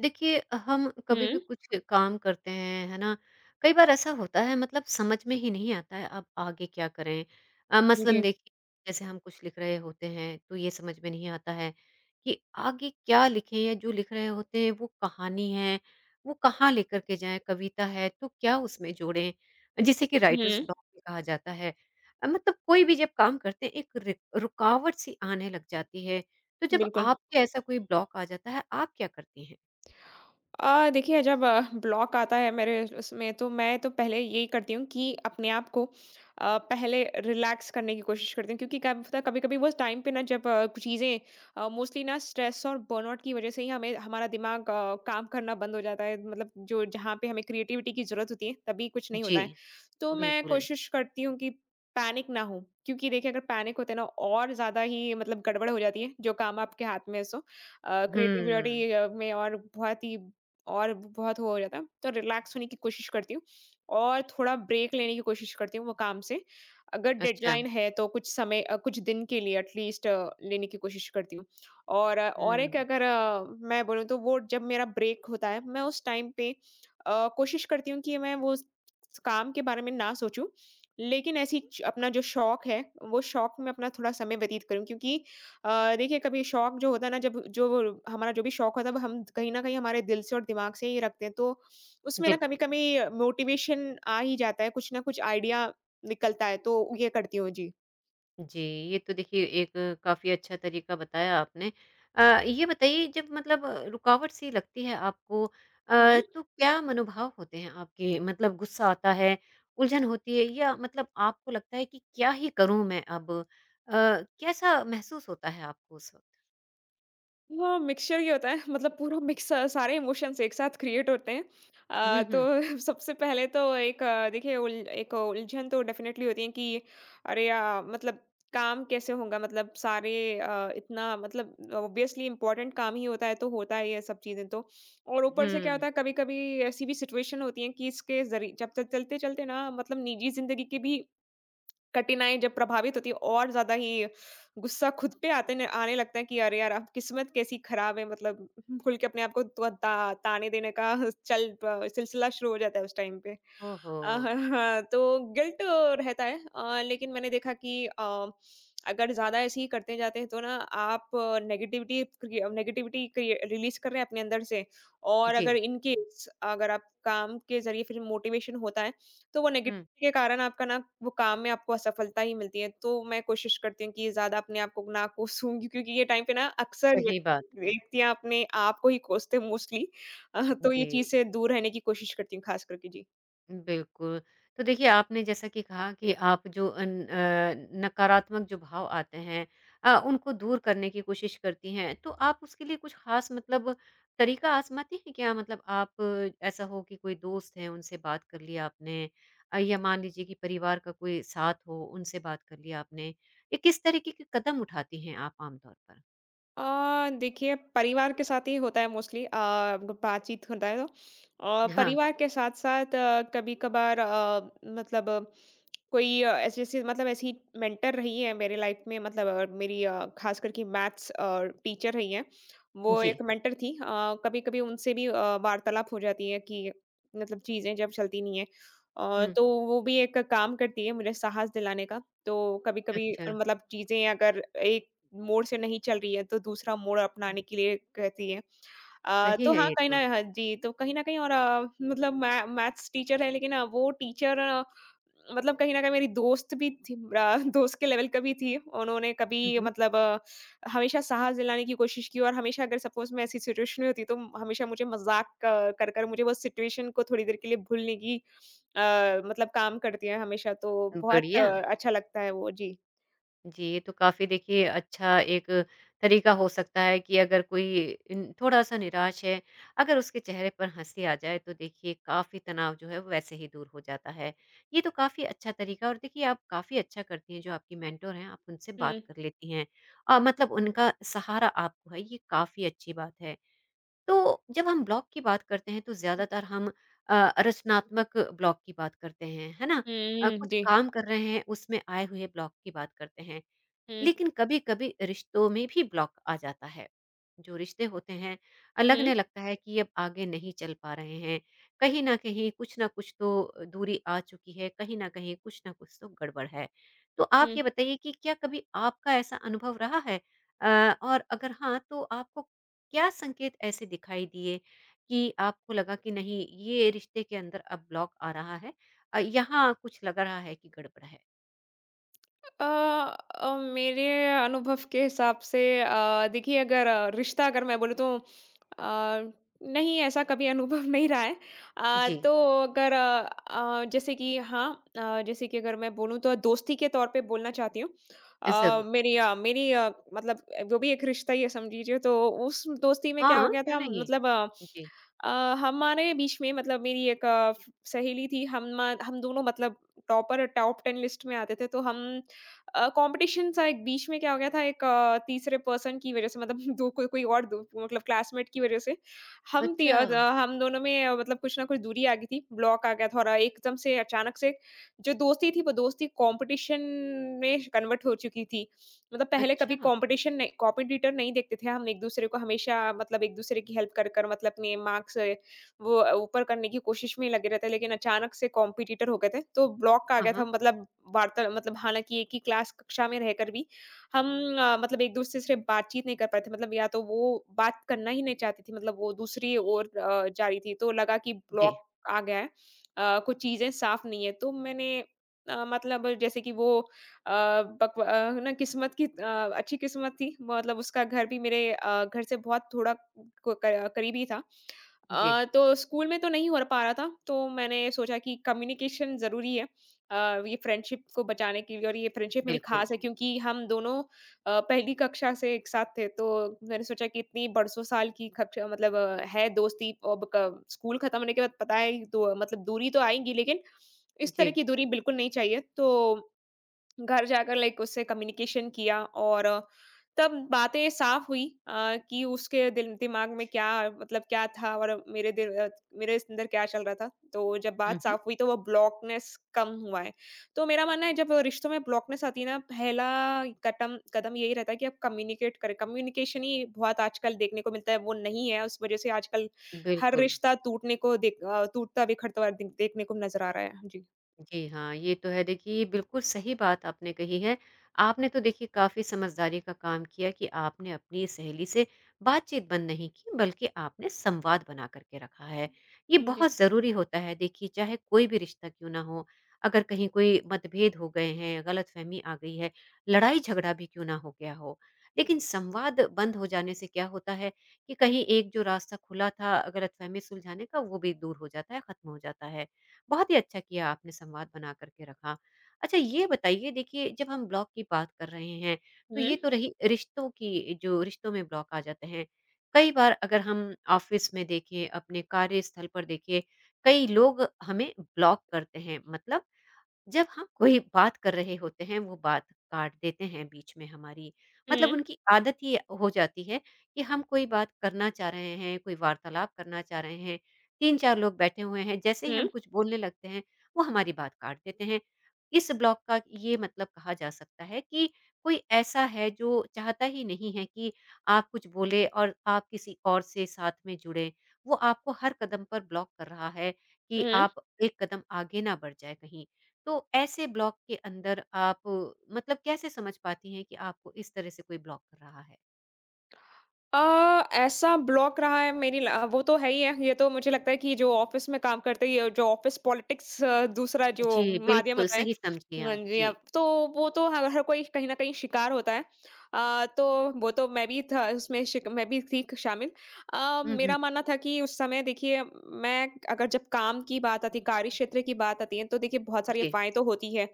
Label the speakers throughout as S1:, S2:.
S1: देखिए, हम कभी भी
S2: हुँ।
S1: कुछ काम करते हैं, है ना? कई बार ऐसा होता है मतलब समझ में ही नहीं आता है अब आगे क्या करें? मसलन
S2: जी।
S1: देखिए जैसे हम कुछ लिख रहे होते हैं तो ये समझ में नहीं आता है कि आगे क्या लिखें या जो लिख रहे होते हैं वो कहानी है, वो कहाँ लेकर के जाएँ? कविता है तो क्या उसमें जोड़ें? जिसे कि राइटर्स
S2: हुँ,
S1: ब्लॉक भी कहा जाता है। मतलब कोई भी जब काम करते हैं एक रिक रुकावट सी आने लग जाती है। तो जब
S2: बिल्कुल।
S1: आपके ऐसा कोई ब्लॉक आ जाता है, आप क्या करती हैं?
S2: देखिए जब ब्लॉक आता है मेरे उसमें तो मैं तो पहले यही करती हूँ कि अपने आप को पहले रिलैक्स करने की कोशिश करती हूँ क्योंकि क्या पता कभी कभी वो टाइम पे ना जब कुछ चीज़ें मोस्टली ना स्ट्रेस और बर्नआउट की वजह से ही हमें हमारा दिमाग काम करना बंद हो जाता है मतलब जो जहाँ पे हमें क्रिएटिविटी की जरूरत होती है तभी कुछ नहीं
S1: जी,
S2: होता है। तो मैं
S1: बिल्कुल।
S2: कोशिश करती हूँ कि पैनिक ना हो क्योंकि देखिए अगर पैनिक होते ना और ज्यादा ही मतलब गड़बड़ हो जाती है जो काम आपके हाथ में है सो
S1: हुँ,
S2: क्रिएटिविटी में और बहुत ही और ब बहुत वो हो जाता है, तो रिलैक्स होने की कोशिश करती हूँ और थोड़ा ब्रेक लेने की कोशिश करती हूँ वो काम से। अगर
S1: अच्छा।
S2: डेडलाइन है तो कुछ समय कुछ दिन के लिए एटलीस्ट लेने की कोशिश करती हूँ। और और एक
S1: हुँ,
S2: अगर मैं बोलूँ तो वो जब मेरा ब्रेक होता है, मैं उस टाइम पे कोशिश करती हूँ कि मैं वो उस काम के बारे में ना सोचूँ, लेकिन ऐसी च अपना जो शौक है, वो शौक में अपना थोड़ा समय व्यतीत करूँ क्योंकि देखिए कभी शौक जो होता है ना जब जो हमारा जो भी शौक होता है वो हम कहीं न कहीं हमारे दिल से और दिमाग से ही रखते हैं। तो उसमें ना
S1: बिल्कुल।
S2: कभी-कभी मोटिवेशन आ ही जाता है, कुछ ना कुछ आइडिया निकलता है, तो ये करती हूँ।
S1: जी, ये तो देखिए एक काफ़ी अच्छा तरीका बताया आपने। ये बताइए जब मतलब रुकावट सी लगती है आपको,
S2: जी।
S1: तो क्या मनोभाव होते हैं आपके? मतलब गुस्सा आता है, उलझन होती है या मतलब आपको लगता है कि क्या ही करूँ मैं अब? कैसा महसूस होता है आपको उस वक़्त?
S2: हाँ, मिक्सचर ही होता है मतलब पूरा मिक्स सारे इमोशंस एक साथ क्रिएट होते हैं।
S1: हुँ,
S2: तो
S1: हुँ।
S2: सबसे पहले तो एक देखिए उल एक उलझन तो डेफ़िनेटली होती है कि अरे या मतलब काम कैसे होगा? मतलब सारे इतना मतलब ऑब्वियसली इम्पोर्टेंट काम ही होता है, तो होता है ये सब चीज़ें तो। और ऊपर से क्या होता
S1: हुँ।
S2: है कभी-कभी ऐसी भी सिचुएशन होती है कि इसके ज़री जब तक चलते-चलते ना मतलब निजी ज़िंदगी की भी कठिनाई जब प्रभावित होती है और ज़्यादा ही गुस्सा खुद पे आते न आने लगता है कि अरे यार! अब किस्मत कैसी खराब है मतलब खुल के अपने आप को ता ता ताने देने का चल प सिलसिला शुरू हो जाता है उस टाइम पे।
S1: ओहो!
S2: हाँ, हाँ, तो गिल्ट रहता है। लेकिन मैंने देखा कि अगर ज़्यादा ऐसे ही करते जाते हैं तो ना आप नेगेटिविटी क्रिय रिलीज़ कर रहे हैं अपने अंदर से। और अगर
S1: जी।
S2: इन केस अगर आप काम के ज़रिए फिर मोटिवेशन होता है, तो वो नेगेटिव
S1: हुँ,
S2: के कारण आपका ना वो काम में आपको असफलता ही मिलती है, तो मैं कोशिश करती हूँ कि ज़्यादा अपने आप को ना कोसूँ क्योंकि ये टाइम पे ना अक्सर
S1: सही बात है।
S2: व्यक्तियाँ अपने आप को ही कोसते हैं मोस्टली। तो ये
S1: जी।
S2: चीज़ से दूर रहने की कोशिश करती हूँ ख़ास करके। जी।
S1: बिल्कुल। तो देखिए, आपने जैसा कि कहा कि आप जो नकारात्मक जो भाव आते हैं, उनको दूर करने की कोशिश करती हैं। तो आप उसके लिए कुछ ख़ास मतलब तरीका आज़माती हैं क्या? मतलब आप, ऐसा हो कि कोई दोस्त है, उनसे बात कर लिया आपने, या मान लीजिए कि परिवार का कोई साथ हो, उनसे बात कर लिया आपने। ये किस तरीके के कदम उठाती हैं आप आम तौर पर?
S2: देखिए परिवार के साथ ही होता है मोस्टली ब बातचीत होता है तो।
S1: हाँ।
S2: परिवार के साथ-साथ कभी-कभार मतलब कोई ऐसी ऐसी मतलब ऐसी मेंटर रही है मेरे लाइफ में मतलब मेरी खास करके मैथ्स टीचर रही हैं, वो
S1: जी।
S2: एक मेंटर थी। कभी कभी उनसे भी वार्तालाप हो जाती है कि मतलब चीजें जब चलती नहीं है,
S1: हुँ।
S2: तो वो भी एक काम करती है मुझे साहस दिलाने का। तो कभी कभी
S1: अच्छा।
S2: मतलब चीजें अगर एक मोड़ से नहीं चल रही है तो दूसरा मोड़ अपनाने के लिए कहती है।
S1: सही
S2: तो
S1: है
S2: हाँ,
S1: ये
S2: कहीं न
S1: तो।
S2: हाँ जी, तो कहीं न कहीं और मतलब मै मैथ्स टीचर है लेकिन वो टीचर मतलब कहीं न कहीं मेरी दोस्त भी थी। दोस्त के लेवल का भी थी। उन्होंने कभी
S1: हुँ, हुँ।
S2: मतलब हमेशा साहस दिलाने की कोशिश की और हमेशा अगर सपोज़ मैं ऐसी सिचुएशन में होती तो हमेशा मुझे मज़ाक क कर कर मुझे वो सिचुएशन को थोड़ी देर के लिए भूलने की मतलब काम करती है हमेशा तो बहुत
S1: बढ़िया।
S2: अच्छा लगता है वो। जी।
S1: जी, ये तो काफ़ी देखिए अच्छा एक तरीका हो सकता है कि अगर कोई इन थोड़ा-सा निराश है, अगर उसके चेहरे पर हँसी आ जाए तो देखिए काफ़ी तनाव जो है वो वैसे ही दूर हो जाता है। ये तो काफ़ी अच्छा तरीका और देखिए आप काफ़ी अच्छा करती हैं जो आपकी मेंटर हैं, आप उनसे बात
S2: हुँ,
S1: कर लेती हैं। मतलब उनका सहारा आपको है ये काफ़ी अच्छी बात है। तो जब हम ब्लॉक की बात करते हैं तो
S2: हुँ,
S1: ज़्यादातर हम, रचनात्मक ब्लॉक की बात करते हैं, है ना?
S2: हुँ,
S1: कुछ
S2: जी।
S1: काम कर रहे हैं उसमें आए हुए ब्लॉक की बात करते हैं।
S2: हुँ,
S1: लेकिन कभी-कभी रिश्तों में भी ब्लॉक आ जाता है। जो रिश्ते होते हैं,
S2: हुँ,
S1: लगने लगता है कि अब आगे नहीं चल पा रहे हैं। कहीं न कहीं कुछ न कुछ तो, दूरी आ चुकी है, कहीं न कहीं कुछ न कुछ तो गड़बड़ है। तो आप
S2: हुँ।
S1: ये बताइए कि क्या कभी आपका ऐसा अनुभव रहा है? और अगर हाँ, तो आपको क्या संकेत ऐसे दिखाई दिए कि आपको लगा कि नहीं ये रिश्ते के अंदर अब ब्लॉक आ रहा है, यहाँ कुछ लग रहा है कि गड़बड़ है?
S2: मेरे अनुभव के हिसाब से देखिए अगर रिश्ता अगर मैं बोलूँ तो अ, नहीं ऐसा कभी अनुभव नहीं रहा है।
S1: जी,
S2: तो अगर जैसे कि हाँ जैसे कि अगर मैं बोलूँ तो दोस्ती के तौर पे बोलना चाहती हूँ। अ,
S1: ज़रूर।
S2: मेरी अ, मेरी अ, मतलब वो भी एक रिश्ता ही है समझ लीजिए। तो उस दोस्ती में क्या हो
S1: हाँ,
S2: गया
S1: क्यों
S2: था
S1: नहीं?
S2: मतलब
S1: जी।
S2: अ, हमारे बीच में मतलब मेरी एक सहेली थी। हम दोनों मतलब टॉपर टॉप टेन लिस्ट में आते थे तो हम कंपटीशन सा एक बीच में क्या हो गया था एक तीसरे पर्सन की वजह से मतलब दो कोई कोई और दो मतलब क्लासमेट की वजह से हम ती,
S1: अच्छा!
S2: अ, द- हम दोनों में मतलब कुछ ना कुछ दूरी आ गई थी, ब्लॉक आ गया था और एकदम से अचानक से जो दोस्ती थी वो दोस्ती कंपटीशन में कन्वर्ट हो चुकी थी। मतलब पहले कभी
S1: अच्छा!
S2: कॉम्पिटिशन नहीं कॉम्पिटिटर नहीं देखते थे हम एक-दूसरे को, हमेशा मतलब एक-दूसरे की हेल्प कर कर मतलब अपने मार्क्स वो ऊपर करने की कोशिश में ही लगे रहते हैं, लेकिन अचानक से कॉम्पिटिटर हो गए थे, तो ब्लॉक आ
S1: हाँ,
S2: गया था।
S1: हाँ।
S2: मतलब वार्ता मतलब हालाँकि एक ही क्लास कक्षा में रहकर भी हम मतलब एक-दूसरे से बातचीत नहीं कर पाए थे, मतलब या तो वो बात करना ही नहीं चाहती थी, मतलब वो दूसरी ओर जा रही थी, तो लगा कि
S1: जी,
S2: ब्लॉक आ गया है। कुछ चीज़ें साफ़ नहीं है, तो मैंने मतलब जैसे कि वो अ, ना किस्मत की अच्छी किस्मत थी मतलब उसका घर भी मेरे घर से बहुत थोड़ा क क करीब ही था।
S1: जी।
S2: तो स्कूल में तो नहीं हो पा रहा था, तो मैंने सोचा कि कम्युनिकेशन ज़रूरी है। ये फ्रेंडशिप को बचाने के लिए और ये फ्रेंडशिप मेरी
S1: बिल्कुल,
S2: ख़ास है क्योंकि हम दोनों पहली कक्षा से एक साथ थे, तो मैंने सोचा कि इतनी बरसों साल की कक्षा मतलब है दोस्ती, अब क स्कूल ख़त्म होने के बाद पता है तो मतलब दूरी तो आएगी, लेकिन इस तरह
S1: जी।
S2: की दूरी बिल्कुल नहीं चाहिए। तो घर जाकर लाइक उससे कम्युनिकेशन किया और तब बातें साफ हुई कि उसके दिल दिमाग में क्या मतलब क्या था और मेरे अंदर क्या चल रहा था, तो जब
S1: हुँ,
S2: बात
S1: हुँ।
S2: साफ हुई तो वो ब्लॉकनेस कम हुआ है। तो मेरा मानना है जब रिश्तों में ब्लॉकनेस आती है ना पहला कदम कदम यही रहता है कि आप कम्युनिकेट करें। कम्युनिकेशन ही बहुत आजकल देखने को मिलता है, वो नहीं है उस वजह से आजकल हर
S1: बिल्कुल।
S2: रिश्ता टूटने को देख अ, टूटता बिखरता हुआ देखने को नजर आ रहा है। जी।
S1: जी हाँ, ये तो है। देखिए, बिल्कुल सही बात आपने कही है। आपने तो देखिए काफ़ी समझदारी का काम किया कि आपने अपनी सहेली से बातचीत बंद नहीं की, बल्कि आपने संवाद बना कर के रखा है। ये
S2: जी।
S1: बहुत ज़रूरी होता है देखिए, चाहे कोई भी रिश्ता क्यों ना हो, अगर कहीं कोई मतभेद हो गए हैं, गलतफ़हमी आ गई है, लड़ाई-झगड़ा भी क्यों ना हो गया हो। लेकिन संवाद बंद हो जाने से क्या होता है कि कहीं एक जो रास्ता खुला था गलतफ़हमी सुलझाने का, वो भी दूर हो जाता है, ख़त्म हो जाता है। बहुत ही अच्छा किया आपने संवाद बना करके रखा। अच्छा ये बताइए देखिए जब हम ब्लॉक की बात कर रहे हैं, तो
S2: हम्म
S1: ये तो रही रिश्तों की जो रिश्तों में ब्लॉक आ जाते हैं। कई बार अगर हम ऑफ़िस में देखें, अपने कार्यस्थल पर देखें, कई लोग हमें ब्लॉक करते हैं मतलब जब हम कोई बात कर रहे होते हैं, वो बात काट देते हैं बीच में हमारी। मतलब
S2: हम्म
S1: उनकी आदत ही हो जाती है कि हम कोई बात करना चाह रहे हैं, कोई वार्तालाप करना चाह रहे हैं, 3-4 लोग बैठे हुए हैं, जैसे ही हम
S2: हम्म
S1: कुछ बोलने लगते हैं, वो हमारी बात काट देते हैं। इस ब्लॉक का ये मतलब कहा जा सकता है कि कोई ऐसा है जो चाहता ही नहीं है कि आप कुछ बोले और आप किसी और से साथ में जुड़ें। वो आपको हर कदम पर ब्लॉक कर रहा है कि
S2: हम्म
S1: आप एक कदम आगे ना बढ़ जाए कहीं। तो ऐसे ब्लॉक के अंदर आप मतलब कैसे समझ पाती हैं कि आपको इस तरह से कोई ब्लॉक कर रहा है?
S2: अ, ऐसा ब्लॉक रहा है मेरी ल वो तो है ही है। ये तो मुझे लगता है कि जो ऑफ़िस में काम करते हैं, ये जो ऑफ़िस पॉलिटिक्स दूसरा जो
S1: जी,
S2: माध्यम
S1: बिल्कुल
S2: होता है,
S1: सही समझी
S2: हाँ
S1: आप।
S2: जी,
S1: जी।
S2: अब तो वो तो हर हर कोई कहीं न कहीं शिकार होता है। तो वो तो मैं भी था उसमें शिक मैं भी थी शामिल।
S1: हुँ, हुँ।
S2: मेरा मानना था कि उस समय देखिए मैं अगर जब काम की बात आती है, कार्य क्षेत्र की बात आती है, तो देखिए बहुत सारी
S1: जी।
S2: अफ़वाहें तो होती हैं।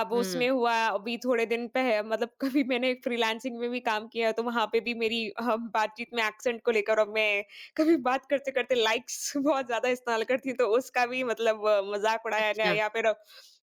S2: अब उसमें
S1: हुँ,
S2: हुआ अभी थोड़े दिन पह मतलब कभी मैंने फ्रीलांसिंग में भी काम किया, तो वहाँ पे भी मेरी बातचीत में एक्सेंट को लेकर और मैं कभी बात करते-करते लाइक्स बहुत ज़्यादा इस्तेमाल करती हूँ, तो उसका भी मतलब मज़ाक उड़ाया गया
S1: अच्छा।
S2: या फिर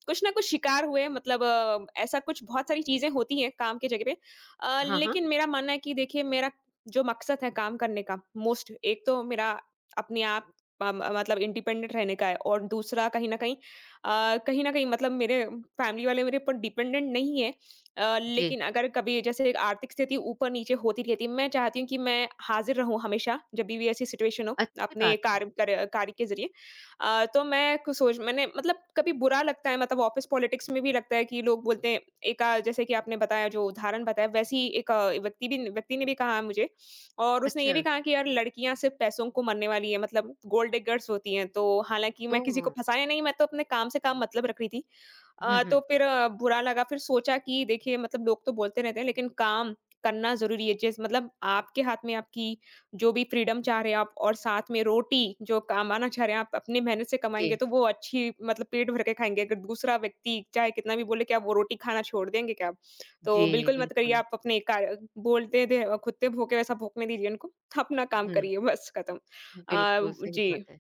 S2: कुछ ना कुछ शिकार हुए मतलब ऐसा कुछ बहुत सारी चीज़ें होती हैं काम की जगह पे।
S1: हाँ, हाँ।
S2: लेकिन मेरा मानना है कि देखिए मेरा जो मकसद है काम करने का मोस्ट एक तो मेरा अपने आप अ, म मतलब इंडिपेंडेंट रहने का है और दूसरा कहीं न कहीं मतलब मेरे फैमिली वाले मेरे ऊपर डिपेंडेंट नहीं है।
S1: जी,
S2: लेकिन अगर कभी जैसे एक आर्थिक स्थिति ऊपर-नीचे होती रहती है, मैं चाहती हूँ कि मैं हाज़िर रहूँ हमेशा जब भी ऐसी सिचुएशन हो
S1: अच्छी
S2: अपने
S1: बात है।
S2: कार्य के ज़रिए। तो मैं कुछ सोच मैंने मतलब कभी बुरा लगता है मतलब ऑफिस पॉलिटिक्स में भी लगता है कि लोग बोलते हैं एक जैसे कि आपने बताया जो उदाहरण बताया वैसे ही एक व्यक्ति ने भी कहा मुझे, और उसने ये
S1: अच्छा,
S2: भी कहा कि यार लड़कियां सिर्फ पैसों को मरने वाली है मतलब गोल्ड डिगर्स होती हैं। तो हालांकि मैं किसी
S1: ओह!
S2: को फंसाया नहीं, मैं तो अपने काम से काम मतलब रख रही थी।
S1: हुँ,
S2: तो
S1: हुँ।
S2: फिर बुरा लगा, फिर सोचा कि देखिए मतलब लोग तो बोलते रहते हैं लेकिन काम करना जरूरी है जिस मतलब आपके हाथ में आपकी जो भी फ्रीडम चाह रहे हैं आप, और साथ में रोटी जो कमाना चाह रहे हैं आप अपनी मेहनत से कमाएँगे
S1: जी,
S2: तो वो अच्छी मतलब पेट भर के खाएँगे। अगर दूसरा व्यक्ति चाहे कितना भी बोले कि आप वो रोटी खाना छोड़ देंगे क्या आप? तो
S1: जी,
S2: बिल्कुल मत करिए
S1: बिल्कुल।
S2: आप अपने कार्य। बोलते थे कुत्ते भूके वैसा भौंकने दीजिए उनको। अपना काम
S1: हुँ,
S2: करिए बस खत्म। अ,
S1: बिल्कुल सही
S2: जी।
S1: बात है।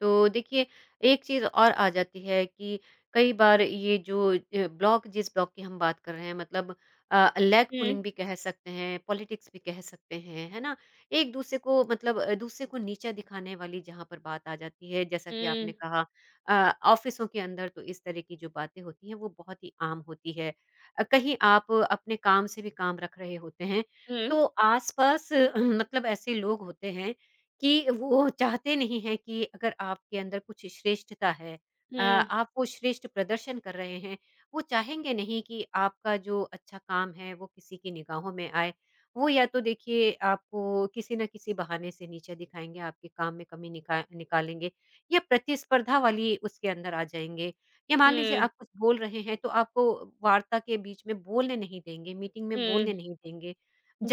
S1: तो देखिए, एक चीज़ और आ जाती है कि कई बार ये जो ब्लॉक जिस ब्लॉक की हम बात कर रहे हैं मतलब, लेग
S2: हुँ,
S1: पुलिंग भी कह सकते हैं, पॉलिटिक्स भी कह सकते हैं, है ना? एक-दूसरे को मतलब, दूसरे को नीचा दिखाने वाली जहाँ पर बात आ जाती है, जैसा कि
S2: हुँ,
S1: आपने कहा, ऑफ़िसों के अंदर तो इस तरह की जो बातें होती हैं, वो बहुत ही आम होती है। कहीं आप अपने काम से भी काम रख रहे होते हैं,
S2: हुँ,
S1: तो आस-पास मतलब ऐसे लोग होते हैं कि वो चाहते नहीं हैं कि अगर आपके अंदर कुछ श्रेष्ठता है,
S2: हुँ,
S1: आप वो श्रेष्ठ प्रदर्शन कर रहे हैं, वो चाहेंगे नहीं कि आपका जो अच्छा काम है वो किसी की निगाहों में आए। वो या तो देखिए आपको किसी न किसी बहाने से नीचा दिखाएँगे, आपके काम में कमी निकालेंगे या प्रतिस्पर्धा वाली उसके अंदर आ जाएँगे या मान लीजिए
S2: हुँ,
S1: आप कुछ बोल रहे हैं तो आपको वार्ता के बीच में बोलने नहीं देंगे, मीटिंग में बोलने
S2: हुँ,
S1: नहीं देंगे।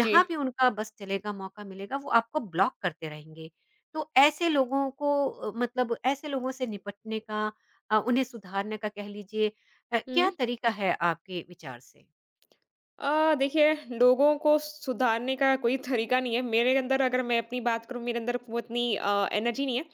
S2: जी।
S1: भी उनका बस चलेगा, मौका मिलेगा वो आपको ब्लॉक करते रहेंगे। तो ऐसे लोगों को, मतलब ऐसे लोगों से निपटने का, उन्हें सुधारने का कह लीजिए,
S2: हुँ।
S1: क्या तरीका है आपके विचार से?
S2: देखिए लोगों को सुधारने का कोई तरीका नहीं है। मेरे अंदर अगर मैं अपनी बात करूँ मेरे अंदर वो इतनी एनर्जी नहीं है।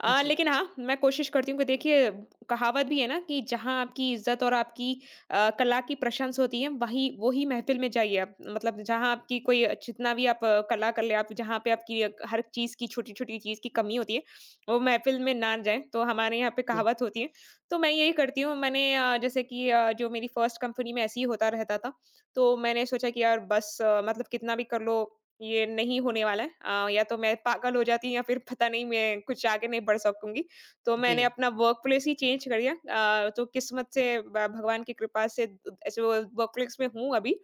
S1: जी,
S2: लेकिन हाँ, मैं कोशिश करती हूँ कि देखिए कहावत भी है ना कि जहाँ आपकी इज़्ज़त और आपकी कला की प्रशंसा होती है वही वो ही महफ़िल में जाइए आप। मतलब जहाँ आपकी कोई जितना भी कला कर ले आप जहाँ पे आपकी हर चीज़ की छोटी-छोटी चीज़ की कमी होती है, वो महफ़िल में ना जाए। तो हमारे यहाँ पे
S1: जी,
S2: कहावत होती है। तो मैं यही करती हूँ। मैंने जैसे कि जो मेरी फर्स्ट कंपनी में ऐसे ही होता रहता था। तो मैंने सोचा कि यार बस मतलब कितना भी कर लो ये नहीं होने वाला है। या तो मैं पागल हो जाती या फिर पता नहीं मैं कुछ आगे नहीं बढ़ सकूंगी, तो
S1: जी।
S2: मैंने अपना वर्क प्लेस ही चेंज कर दिया। तो किस्मत से भगवान की कृपा से ऐसे वो वर्क प्लेस में हूँ अभी।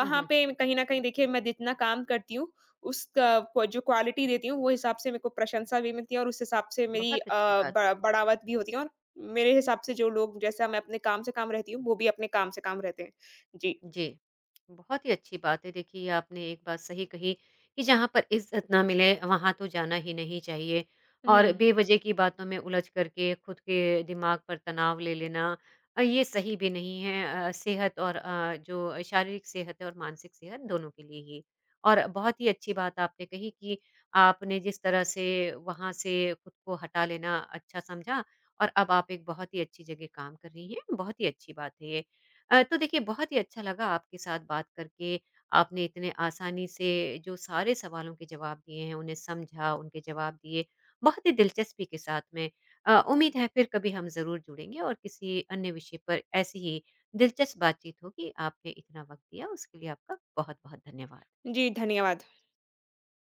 S1: हुँ, हुँ।
S2: पे कहीं ना कहीं देखिए मैं जितना काम करती हूँ उसका जो क्वालिटी देती हूँ वो हिसाब से मेरे को प्रशंसा भी मिलती है और उस हिसाब से मेरी
S1: बहुत अच्छी बात।
S2: बढ़ावत भी होती है, और मेरे हिसाब से जो लोग जैसा मैं अपने काम से काम रहती हूँ वो भी अपने काम से काम रहते हैं। जी।
S1: जी। बहुत ही अच्छी बात है देखिए ये आपने एक बात सही कही कि जहाँ पर इज़्ज़त ना मिले वहाँ तो जाना ही नहीं चाहिए और
S2: हुँ।
S1: बेवजह की बातों में उलझ करके खुद के दिमाग पर तनाव ले लेना, ये सही भी नहीं है, सेहत और जो शारीरिक सेहत है और मानसिक सेहत दोनों के लिए ही। और बहुत ही अच्छी बात आपने कही कि आपने जिस तरह से वहाँ से खुद को हटा लेना अच्छा समझा और अब आप एक बहुत ही अच्छी जगह काम कर रही हैं, बहुत ही अच्छी बात है ये। तो देखिए बहुत ही अच्छा लगा आपके साथ बात करके। आपने इतने आसानी से जो सारे सवालों के जवाब दिए हैं, उन्हें समझा, उनके जवाब दिए, बहुत ही दिलचस्पी के साथ में। उम्मीद है फिर कभी हम ज़रूर जुड़ेंगे और किसी अन्य विषय पर ऐसी ही दिलचस्प बातचीत होगी। आपने इतना वक़्त दिया उसके लिए आपका बहुत-बहुत धन्यवाद।
S2: जी, धन्यवाद।